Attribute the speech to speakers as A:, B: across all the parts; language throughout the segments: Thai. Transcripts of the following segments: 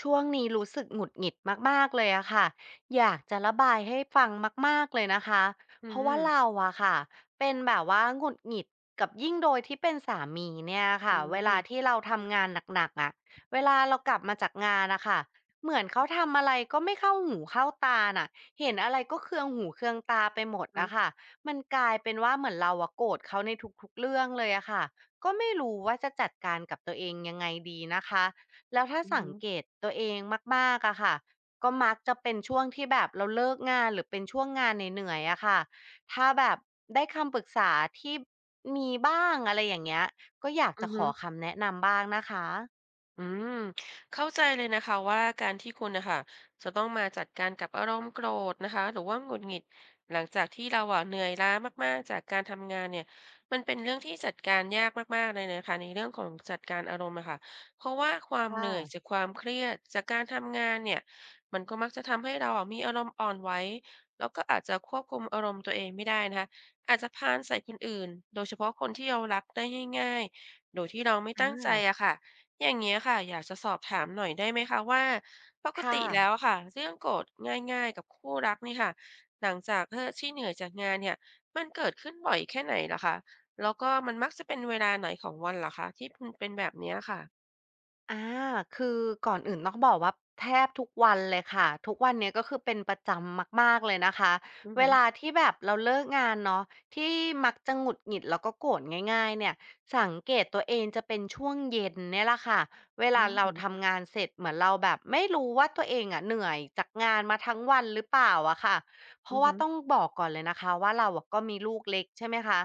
A: ช่วงนี้รู้สึกหงุดหงิดมากๆเลยอะค่ะอยากจะระบายให้ฟังมากๆเลยนะคะ
B: อื
A: เพ
B: ม
A: ราะ
B: อื
A: ว่า
B: ม
A: เราอะค่ะเป็นแบบว่าหงุดหงิดกับยิ่งโดยที่เป็นสามีเนี่ย
B: อื
A: ค่ะ
B: อ
A: เว
B: ฮึ
A: ลาที่เราทำงานหนักๆอะเวลาเรากลับมาจากงานอะค่ะเหมือนเขาทำอะไรก็ไม่เข้าหูเข้าตาน่ะเห็นอะไรก็เคืองหูเคืองตาไปหมดอะค่ะมันกลายเป็นว่าเหมือนเราอะโกรธเขาในทุกๆเรื่องเลยอะค่ะก็ไม่รู้ว่าจะจัดการกับตัวเองยังไงดีนะคะ แล้วถ้า
B: อือ
A: สั
B: ฮึ
A: งเกตตัวเองมากๆอะค่ะก็มักจะเป็นช่วงที่แบบเราเลิกงานหรือเป็นช่วงงานเหนื่อยๆอะค่ะถ้าแบบได้คำปรึกษาที่มีบ้างอะไรอย่างเงี้ยก็อยาก
B: อื
A: จะ
B: อ
A: ข
B: ฮึ
A: อคำแนะนำบ้างนะคะ
B: อืมเข้าใจเลยนะคะว่าการที่คุณนะคะจะต้องมาจัดการกับอารมณ์โกรธนะคะหรือว่าหงุดหงิดหลังจากที่เราอะเหนื่อยล้ามากๆจากการทำงานเนี่ยมันเป็นเรื่องที่จัดการยากมากๆเลยนะคะในเรื่องของจัดการอารมณ์นะคะเพราะว่าความเห
A: ค่ะ
B: นื่อยจากความเครียดจากการทำงานเนี่ยมันก็มักจะทำให้เราอะมีอารมณ์อ่อนไหวแล้วก็อาจจะควบคุมอารมณ์ตัวเองไม่ได้นะคะอาจจะพานใส่คนอื่นโดยเฉพาะคนที่เรารักได้ง่ายๆโดยที่เราไม่
A: อา
B: ตั้งใจอะค่ะ อย่างเงี้ยค่ะอยากจะสอบถามหน่อยได้ไหมคะว่าปก
A: ค่ะ
B: ติแล้วอะค่ะเรื่องโกรธง่ายๆกับคู่รักนี่ค่ะหลังจากเลิกที่เหนื่อยจากงานเนี่ยมันเกิดขึ้นบ่อยแค่ไหนลหรคะแล้วก็มันมักจะเป็นเวลาไหนของวันลหอคะที่มันเป็นแบบเนี้ยค่ะ
A: อาคือก่อนอื่นต้องบอกว่าแทบทุกวันเลยค่ะทุกวันเนี้ยก็คือเป็นประจำมากๆเลยนะคะ
B: อือ
A: เว
B: ฮึอ
A: ลาที่แบบเราเลิกงานเนาะที่มักจะหงุดหงิดแล้วก็โกรธง่ายๆเนี่ยสังเกตตัวเองจะเป็นช่วงเย็นเนี่ยแหละค่ะเว
B: อื
A: ลาเรา
B: ม
A: ทำงานเสร็จเหมือนเราแบบไม่รู้ว่าตัวเองอะเหนื่อยจากงานมาทั้งวันหรือเปล่าอะค่ะเพ
B: ออื
A: ราะ
B: อ
A: ว่า
B: หืึ
A: ต้องบอกก่อนเลยนะคะว่าเราอะก็มีลูกเล็กใช่ไหมคะ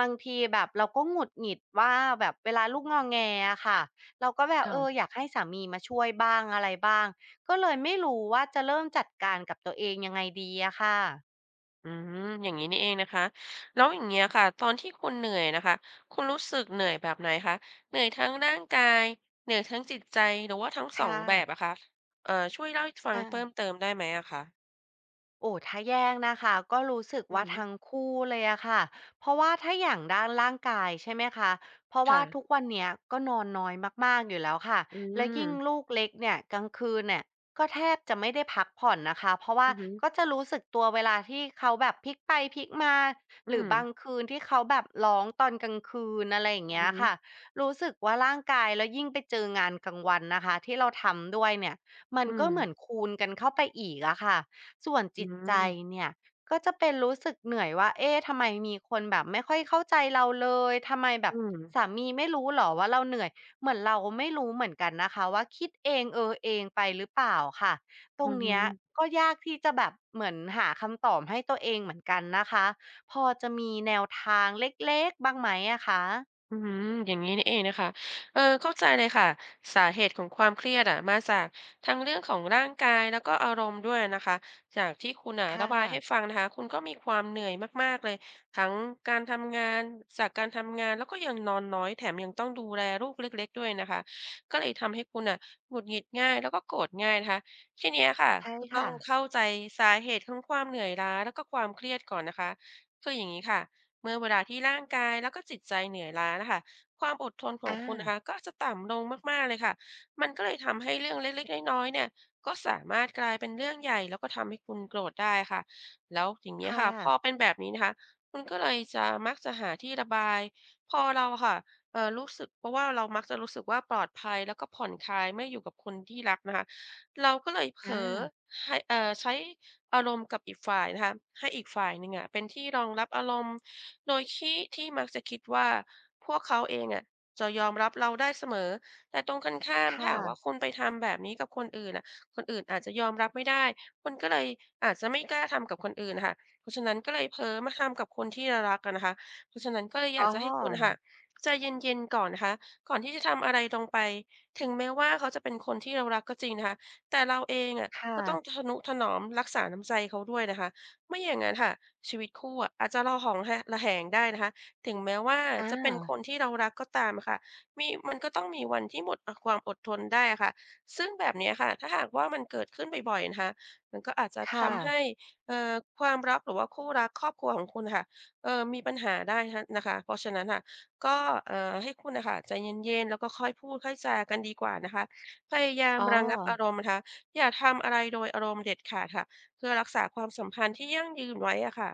A: บางทีแบบเราก็หงุดหงิดว่าแบบเวลาลูกงอแงอะค่ะ เราก็แบบเออ
B: ค่ะ
A: อยากให้สามีมาช่วยบ้างอะไรบ้างก็เลยไม่รู้ว่าจะเริ่มจัดการกับตัวเองยังไงดีอะค่ะ
B: อืมอย่างนี้นี่เองนะคะแล้วอย่างเงี้ยค่ะตอนที่คุณเหนื่อยนะคะคุณรู้สึกเหนื่อยแบบไหนคะเหนื่อยทั้งร่างกายเหนื่อยทั้งจิตใจหรือว่าทั้งสอง
A: ค่ะ
B: แบบอะ
A: ค
B: คะช่วยเล่าให้ฟัง
A: ่ะ
B: เพิ่มเติมได้ไหมอะคะ
A: โอ้ถ้าแย่งนะคะก็รู้สึก
B: อื
A: ว่า
B: ม
A: ทั้งคู่เลยอะค่ะเพราะว่าถ้าอย่างด้านร่างกายใช่ไหมคะเพราะว่า
B: ค่ะ
A: ทุกวันเนี้ยก็นอนน้อยมากๆอยู่แล้วค่ะ
B: อื
A: และ
B: ม
A: ยิ่งลูกเล็กเนี่ยกลางคืนเนี่ยก็แทบจะไม่ได้พักผ่อนนะคะเพราะว่า
B: อืม
A: ก็จะรู้สึกตัวเวลาที่เขาแบบพลิกไปพลิกมา
B: อื
A: หรือ
B: ม
A: บางคืนที่เขาแบบร้องตอนกลางคืนอะไรอย่าง
B: อื
A: เงี้ย
B: ม
A: ค่ะรู้สึกว่าร่างกายแล้วยิ่งไปเจองานกลางวันนะคะที่เราทำด้วยเนี่ยมัน
B: อื
A: ก็
B: ม
A: เหมือนคูณกันเข้าไปอีกอะค่ะ ส่วน
B: อื
A: จิตใจ
B: ม
A: เนี่ยก็จะเป็นรู้สึกเหนื่อยว่าเอ๊ะทำไมมีคนแบบไม่ค่อยเข้าใจเราเลยทำไมแบ
B: อื
A: บ
B: ม
A: สามีไม่รู้หรอว่าเราเหนื่อยเหมือนเราไม่รู้เหมือนกันนะคะว่าคิดเองเออเองไปหรือเปล่าค่ะต
B: อื
A: รงเนี้ย
B: ม
A: ก็ยากที่จะแบบเหมือนหาคำตอบให้ตัวเองเหมือนกันนะคะพอจะมีแนวทางเล็กๆบ้างไหมอะคะ
B: อืมอย่างนี้นี่เองนะคะเออเข้าใจเลยค่ะสาเหตุของความเครียดอะมาจากทั้งเรื่องของร่างกายแล้วก็อารมณ์ด้วยนะคะ จากที่คุณอะระ
A: ค่ะ
B: บายให้ฟังนะคะคุณก็มีความเหนื่อยมากๆเลยทั้งการทำงานจากการทำงานแล้วก็ยังนอนน้อยแถมยังต้องดูแลลูกเล็กๆด้วยนะคะก็เลยทำให้คุณอ่ะหงุดหงิดง่ายแล้วก็โกรธง่ายนะคะทีเนี้ยค่ะ
A: ใช่
B: ก็
A: ค่ะ
B: ต้องเข้าใจสาเหตุของความเหนื่อยล้าแล้วก็ความเครียดก่อนนะคะคืออย่างนี้ค่ะ เมื่อเวลาที่ร่างกายแล้วก็จิตใจเหนื่อยล้านะคะความอดทนของคุณนะ
A: อา
B: คะก็จะต่ำลงมากๆเลยค่ะมันก็เลยทำให้เรื่องเล็กๆน้อยๆเนี่ยก็สามารถกลายเป็นเรื่องใหญ่แล้วก็ทำให้คุณโกรธได้ค่ะแล้วอย่างนี้ย
A: ค่ะ
B: ค่ะพอเป็นแบบนี้นะคะคุณก็เลยจะมักจะหาที่ระบายพอเราค่ะรู้สึกเพราะว่าเรามักจะรู้สึกว่าปลอดภัยแล้วก็ผ่อนคลายเมื่ออยู่กับคนที่รักนะคะเราก็เลยเผล
A: อา
B: อให้ใช้ อารมณ์กับอีกฝ่ายนะคะให้อีกฝ่ายหนึ่งอะเป็นที่รองรับอารมณ์โดยที่ที่มักจะคิดว่าพวกเขาเองอะจะยอมรับเราได้เสมอแต่ตรงกันข้ามถ้า
A: ค่ะ
B: หากว่าคุณไปทำแบบนี้กับคนอื่นน่ะคนอื่นอาจจะยอมรับไม่ได้คุณก็เลยอาจจะไม่กล้าทำกับคนอื่นค่ะเพราะฉะนั้นก็เลยเพ้อมาทำกับคนที่เรารักกันนะคะเพราะฉะนั้นก็เลยอ
A: อ๋
B: ยากจะให้คุณ
A: อ
B: ค่ะใจเย็นๆก่อนนะคะก่อนที่จะทำอะไรลงไปถึงแม้ว่าเขาจะเป็นคนที่เรารักก็จริงนะคะแต่เราเองอะ
A: ค่ะ
B: ก็ต้องทะนุถนอมรักษาน้ำใจเขาด้วยนะคะไม่อย่างนั้นค่ะชีวิตคู่อะอาจจะระหองหะระแหงได้นะคะถึงแม้ว่า
A: อา
B: จะเป็นคนที่เรารักก็ตามอะค่ะมีมันก็ต้องมีวันที่หมดความอดทนได้อะค่ะซึ่งแบบเนี้ยค่ะถ้าหากว่ามันเกิดขึ้นบ่อยๆนะคะมันก็อาจจะ
A: ค่ะ
B: ทำให้ความรักหรือว่าคู่รักครอบครัวของคุณค่ะเออมีปัญหาได้นะนะคะเพราะฉะนั้นค่ะก็ให้คุณนะคะใจเย็นๆแล้วก็ค่อยพูดค่อยจากันดีกว่านะคะพยายาม
A: อ๋อ
B: ระงับอารมณ์นะคะ อย่าทำอะไรโดยอารมณ์เด็ดขาดค่ะเพื่อรักษาความสัมพันธ์ที่ยั่งยืนไว้อะค่ะ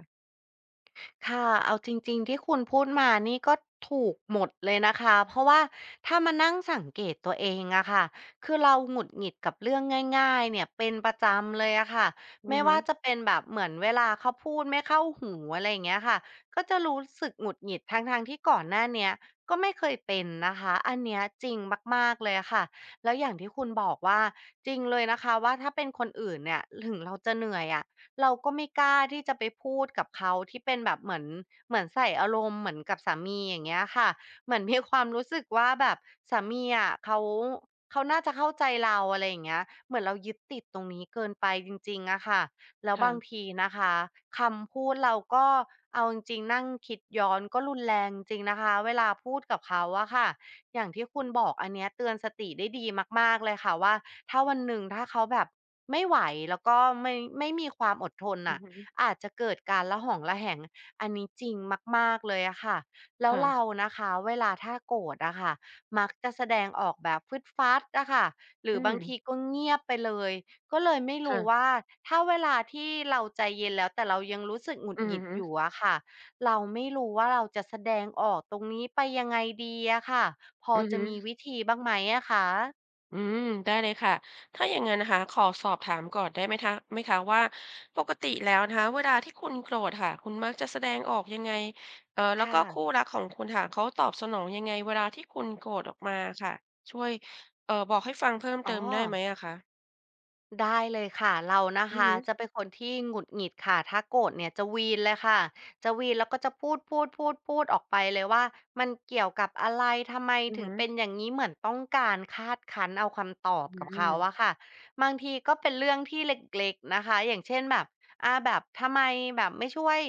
A: ค่ะเอาจริงๆที่คุณพูดมานี่ก็ถูกหมดเลยนะคะ เพราะว่าถ้ามานั่งสังเกตตัวเองอะค่ะคือเราหงุดหงิดกับเรื่องง่ายๆเนี่ยเป็นประจำเลยอะค่ะ
B: อือ
A: ไม่
B: ฮึ
A: ว่าจะเป็นแบบเหมือนเวลาเขาพูดไม่เข้าหูอะไรอย่างเงี้ยค่ะก็จะรู้สึกหงุดหงิดทั้งๆที่ก่อนหน้าเนี้ยก็ไม่เคยเป็นนะคะ อันเนี้ยจริงมากๆเลยอะค่ะ แล้วอย่างที่คุณบอกว่าจริงเลยนะคะว่าถ้าเป็นคนอื่นเนี่ยถึงเราจะเหนื่อยอะ เราก็ไม่กล้าที่จะไปพูดกับเขาที่เป็นแบบเหมือนเหมือนใส่อารมณ์เหมือนกับสามีอย่างเงี้ยค่ะเหมือนมีความรู้สึกว่าแบบสามีอะเขาเขาน่าจะเข้าใจเราอะไรอย่างเงี้ยเหมือนเรายึดติดตรงนี้เกินไปจริงๆอะค่ะแล้ว
B: ค่ะ
A: บางทีนะคะคำพูดเราก็เอาจริงๆนั่งคิดย้อนก็รุนแรงจริงนะคะเวลาพูดกับเขาอะค่ะ อย่างที่คุณบอกอันเนี้ยเตือนสติได้ดีมากๆเลยค่ะว่าถ้าวันหนึ่งถ้าเขาแบบไม่ไหวแล้วก็ไม่มีความอดทน
B: อือ
A: น่ะ
B: ฮึ
A: อาจจะเกิดการระหองระแหงอันนี้จริงมากๆเลยอะค่ะแล้วเรา
B: ค่ะ
A: นะคะเวลาถ้าโกรธอะค่ะมักจะแสดงออกแบบฟึดฟัดอะค่ะหรื
B: อื
A: อบา
B: ม
A: งทีก็เงียบไปเลยก็เลยไม่
B: ค่ะ
A: รู้ว่าถ้าเวลาที่เราใจเย็นแล้วแต่เรายังรู้สึกหงุด
B: อื
A: ห
B: อ
A: งิด
B: ฮึ
A: อยู่อะค่ะ เราไม่รู้ว่าเราจะแสดงออกตรงนี้ไปยังไงดีอะค่ะ พอ
B: อือ
A: จะ
B: ฮึ
A: มีวิธีบ้างไหมอะคะ
B: อืมได้เลยค่ะถ้าอย่างงั้นนะคะขอสอบถามก่อนได้ไหมคะไหมคะว่าปกติแล้วนะคะเวลาที่คุณโกรธค่ะคุณมักจะแสดงออกยังไงแล้วก็
A: ค่ะ
B: คู่รักของคุณค่ะเขาตอบสนองยังไงเวลาที่คุณโกรธออกมาค่ะช่วยบอกให้ฟังเพิ่ม
A: อ๋
B: เติ
A: อ
B: มได้ไหมอะคะ
A: ได้เลยค่ะเรานะ
B: อือ
A: คะ
B: ฮึ
A: จะเป็นคนที่หงุดหงิดค่ะถ้าโกรธเนี่ยจะวีนเลยค่ะจะวีนแล้วก็จะพูดออกไปเลยว่ามันเกี่ยวกับอะไรทำไม
B: อือ
A: ถึง
B: ฮึ
A: เป็นอย่างนี้เหมือนต้องการคาดคั้นเอาคำตอบ
B: อื
A: กับเขาอะ
B: ม
A: ค่ะบางทีก็เป็นเรื่องที่เล็กๆนะคะอย่างเช่นแบบแบบทำไมแบบไม่ช่วย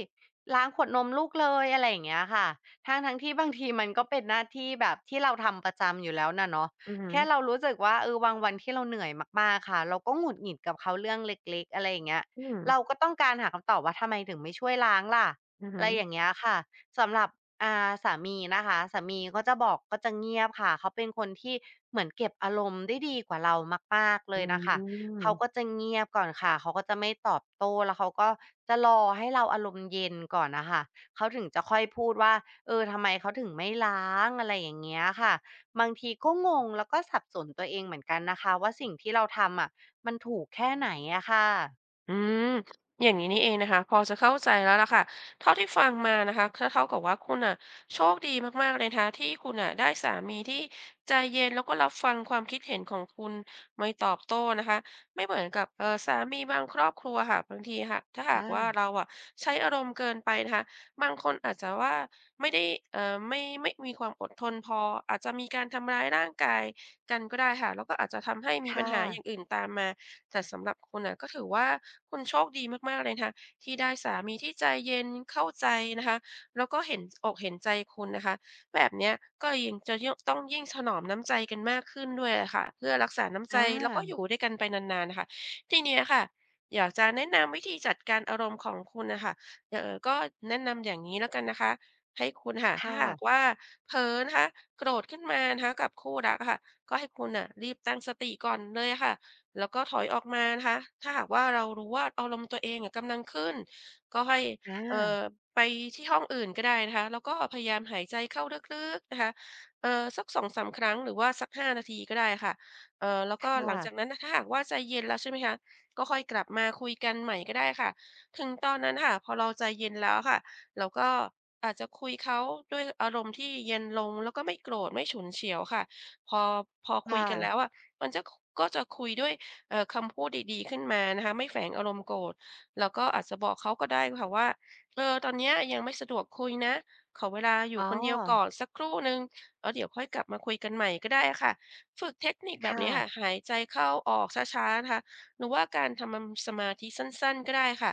A: ล้างขวดนมลูกเลยอะไรอย่างเงี้ยค่ะทั้งที่บางทีมันก็เป็นหน้าที่แบบที่เราทำประจำอยู่แล้วน่ะเนาะ
B: อือฮึ
A: แค่เรารู้สึกว่าเออบางวันที่เราเหนื่อยมากๆค่ะเราก็หงุดหงิดกับเขาเรื่องเล็กๆอะไรอย่างเงี้ย
B: อืม
A: เราก็ต้องการหาคำตอบว่าทำไมถึงไม่ช่วยล้างล่ะ
B: อือ
A: อะ
B: ฮึ
A: ไรอย่างเงี้ยค่ะสำหรับสามีนะคะสามีก็จะบอกก็จะเงียบค่ะเขาเป็นคนที่เหมือนเก็บอารมณ์ได้ดีกว่าเรามากๆเล
B: อื
A: ยน่ะค่ะ
B: ม
A: เขาก็จะเงียบก่อนค่ะเขาก็จะไม่ตอบโต้แล้วเขาก็จะรอให้เราอารมณ์เย็นก่อนน่ะค่ะเขาถึงจะค่อยพูดว่าเออทำไมเขาถึงไม่ล้างอะไรอย่างเงี้ยค่ะ บางทีก็งงแล้วก็สับสนตัวเองเหมือนกันนะคะว่าสิ่งที่เราทำอะมันถูกแค่ไหนอะค่ะ
B: อืมอย่างงี้นี่เองนะคะพอจะเข้าใจแล้วล่ะค่ะเท่าที่ฟังมานะคะก็เท่ากับว่าคุณน่ะโชคดีมากๆเลยนะคะที่คุณน่ะได้สามีที่ใจเย็นแล้วก็รับฟังความคิดเห็นของคุณไม่ตอบโต้นะคะไม่เหมือนกับสามีบางครอบครัวค่ะบางทีหากถ้าหาก
A: อา
B: ว่าเราอะใช้อารมณ์เกินไปนะคะบางคนอาจจะว่าไม่ได้ไม่มีความอดทนพออาจจะมีการทำร้ายร่างกายกันก็ได้ค่ะแล้วก็อาจจะทำให้มีปัญ
A: ค่ะ
B: หาอย่างอื่นตามมา แต่สำหรับคุณน่ะก็ถือว่าคุณโชคดีมากๆเลยนะคะที่ได้สามีที่ใจเย็นเข้าใจนะคะแล้วก็เห็นอกเห็นใจคุณนะคะแบบเนี้ยก็ยิ่งจะยิ่งต้องยิ่งถนอมน้ำใจกันมากขึ้นด้วยอะค่ะเพื่อรักษาน้ำ
A: อ
B: ใจแล้วก็อ
A: า
B: ยู่ด้วยกันไปนานๆน่ะค่ะทีเนี้ยค่ะอยากจะแนะนำวิธีจัดการอารมณ์ของคุณน่ะค่ะก็แนะนำอย่างงี้แล้วกันนะคะให้คุณค่ะถ้าหาก
A: ค่ะ
B: ว่าเผลอนะคะโกรธขึ้นมานะคะกับคู่รักอะค่ะก็ให้คุณน่ะรีบตั้งสติก่อนเลยอะค่ะ แล้วก็ถอยออกมานะคะถ้าหากว่าเรารู้ว่าอารมณ์ตัวเองอะกำลังขึ้นก็ให้เอ่
A: อา
B: อไปที่ห้องอื่นก็ได้นะคะแล้วก็พยายามหายใจเข้าลึกๆนะคะสักสองสามครั้งหรือว่าสัก5 นาทีก็ได้ค่ะแล้วก็หลั
A: ค่ะ
B: งจากนั้นน่ะถ้าหากว่าใจเย็นแล้วใช่ไหมคะก็ค่อยกลับมาคุยกันใหม่ก็ได้ค่ะถึงตอนนั้นค่ะพอเราใจเย็นแล้วค่ะเราก็อาจจะคุยเขาด้วยอารมณ์ที่เย็นลงแล้วก็ไม่โกรธไม่ฉุนเฉียวค่ะพอพอคุยกันแล้ว
A: ค่ะ
B: อะมันจะก็จะคุยด้วย คำพูดดีๆขึ้นมานะคะไม่แฝงอารมณ์โกรธแล้วก็อาจจะบอกเขาก็ได้ค่ะว่าเออตอนเนี้ยยังไม่สะดวกคุยนะขอเวลาอยู่
A: อ๋อ
B: คนเดียวก่อนสักครู่หนึ่งแล้วเดี๋ยวค่อยกลับมาคุยกันใหม่ก็ได้ค่ะฝึกเทคนิคแบบ
A: ค่ะ
B: นี้ค่ะหายใจเข้าออกช้าๆนะคะหรือว่าการทำสมาธิสั้นๆก็ได้ค่ะ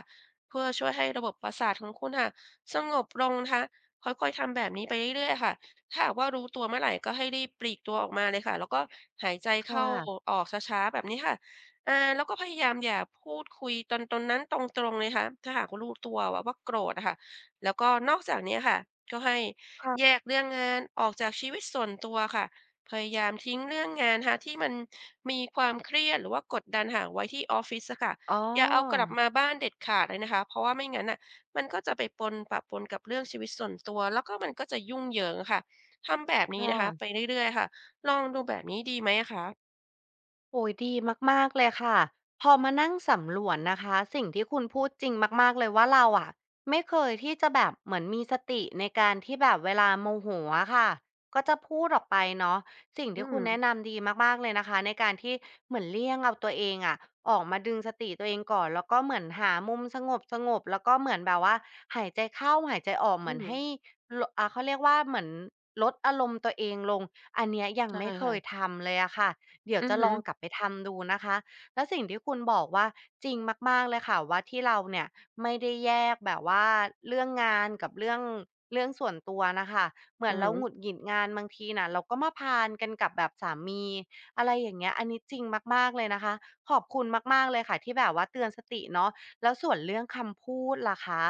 B: เพื่อช่วยให้ระบบประสาทของคุณค่ะสงบลงนะคะค่อยๆทำแบบนี้ไปเรื่อยๆค่ะถ้าหากว่ารู้ตัวเมื่อไหร่ก็ให้รีบปลีกตัวออกมาเลยค่ะแล้วก็หายใจ
A: ค่
B: เข้า
A: ะ
B: ออกช้าๆแบบนี้ค่ะ อาเราก็พยายามอย่าพูดคุยตอนนั้นตรงๆเลยค่ะถ้าหากว่ารู้ตัวว่าโกรธอะค่ะแล้วก็นอกจากเนี้ยค่ะก็ให้แย
A: ค่ะ
B: กเรื่องงานออกจากชีวิตส่วนตัวค่ะพยายามทิ้งเรื่องงานนะคะที่มันมีความเครียดหรือว่ากดดันค่ะไว้ที่ออฟฟิศอะค่ะ
A: อ๋อ
B: อย่าเอากลับมาบ้านเด็ดขาดเลยนะคะเพราะว่าไม่งั้นน่ะมันก็จะไปปนปะปนกับเรื่องชีวิตส่วนตัวแล้วก็มันก็จะยุ่งเหยิงอะค่ะทำแบบ
A: ค
B: นี้นะคะไป
A: ่ะ
B: เรื่อยๆค่ะลองดูแบบนี้ดีไหมอะคะ
A: โอ้ยดีมากๆเลยค่ะพอมานั่งสำรวจนะคะสิ่งที่คุณพูดจริงมากๆเลยว่าเราอะไม่เคยที่จะแบบเหมือนมีสติในการที่แบบเวลาโมโหอะค่ะก็จะพูดออกไปเนาะสิ่ง
B: อื
A: ที่คุ
B: ม
A: ณแนะนำดีมากๆเลยนะคะในการที่เหมือนเลี่ยงเอาตัวเองอะออกมาดึงสติตัวเองก่อนแล้วก็เหมือนหามุมสงบแล้วก็เหมือนแบบว่าหายใจเข้าหายใจออกเห
B: อื
A: มือน
B: ม
A: ให้ลดอ่ะเขาเรียกว่าเหมือนลดอารมณ์ตัวเองลงอันเนี้ยยัง
B: ใช่
A: ไม่เค
B: ค่ะ
A: ยทำเลยอะค่ะ เดี๋ยว
B: อือ
A: จะล
B: ฮึ
A: องกลับไปทำดูนะคะแล้วสิ่งที่คุณบอกว่าจริงมากๆเลยค่ะว่าที่เราเนี่ยไม่ได้แยกแบบว่าเรื่องงานกับเรื่องส่วนตัวนะคะเหมื
B: อื
A: อน
B: อฮึ
A: เราหงุดหงิดงานบางทีน่ะเราก็มาพานกันกับแบบสามีอะไรอย่างเงี้ยอันนี้จริงมากๆเลยนะคะขอบคุณมากๆเลยค่ะที่แบบว่าเตือนสติเนาะแล้วส่วนเรื่องคำพูดล่ะคะ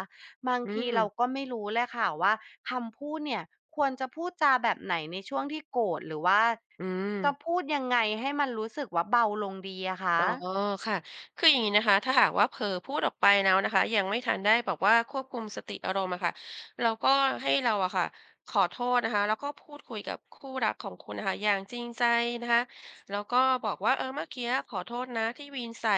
A: บาง
B: อื
A: ที
B: ม
A: เราก็ไม่รู้เลยค่ะว่าคำพูดเนี่ยควรจะพูดจาแบบไหนในช่วงที่โกรธหรือว่า
B: อืม
A: จะพูดยังไงให้มันรู้สึกว่าเบาลงดีอะคะ
B: อ๋อค่ะคืออย่างนี้นะคะถ้าหากว่าเผลอพูดออกไปแล้วนะคะยังไม่ทันได้แบบว่าควบคุมสติอารมณ์อะค่ะเราก็ให้เราอะค่ะขอโทษนะคะแล้วก็พูดคุยกับคู่รักของคุณน่ะค่ะอย่างจริงใจนะคะแล้วก็บอกว่าเออเมื่อกี้ขอโทษนะที่วีนใส่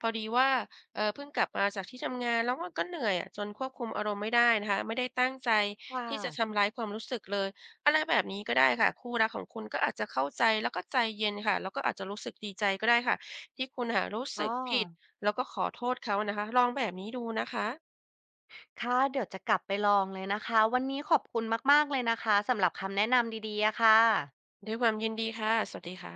B: พอดีว่าเออเพิ่งกลับมาจากที่ทำงานแล้วมันก็เหนื่อยอะจนควบคุมอารมณ์ไม่ได้นะคะไม่ได้ตั้งใจ
A: ค่ะ
B: ที่จะทำร้ายความรู้สึกเลยอะไรแบบนี้ก็ได้ค่ะคู่รักของคุณก็อาจจะเข้าใจแล้วก็ใจเย็นค่ะแล้วก็อาจจะรู้สึกดีใจก็ได้ค่ะ ที่คุณน่ะรู้
A: อ๋อ
B: สึกผิดแล้วก็ขอโทษเขานะคะลองแบบนี้ดูนะคะ
A: ค่ะเดี๋ยวจะกลับไปลองเลยนะคะวันนี้ขอบคุณมากๆเลยนะคะสำหรับคำแนะนำดีๆอะค่ะ
B: ด้วยความยินดีค่ะสวัสดีค่ะ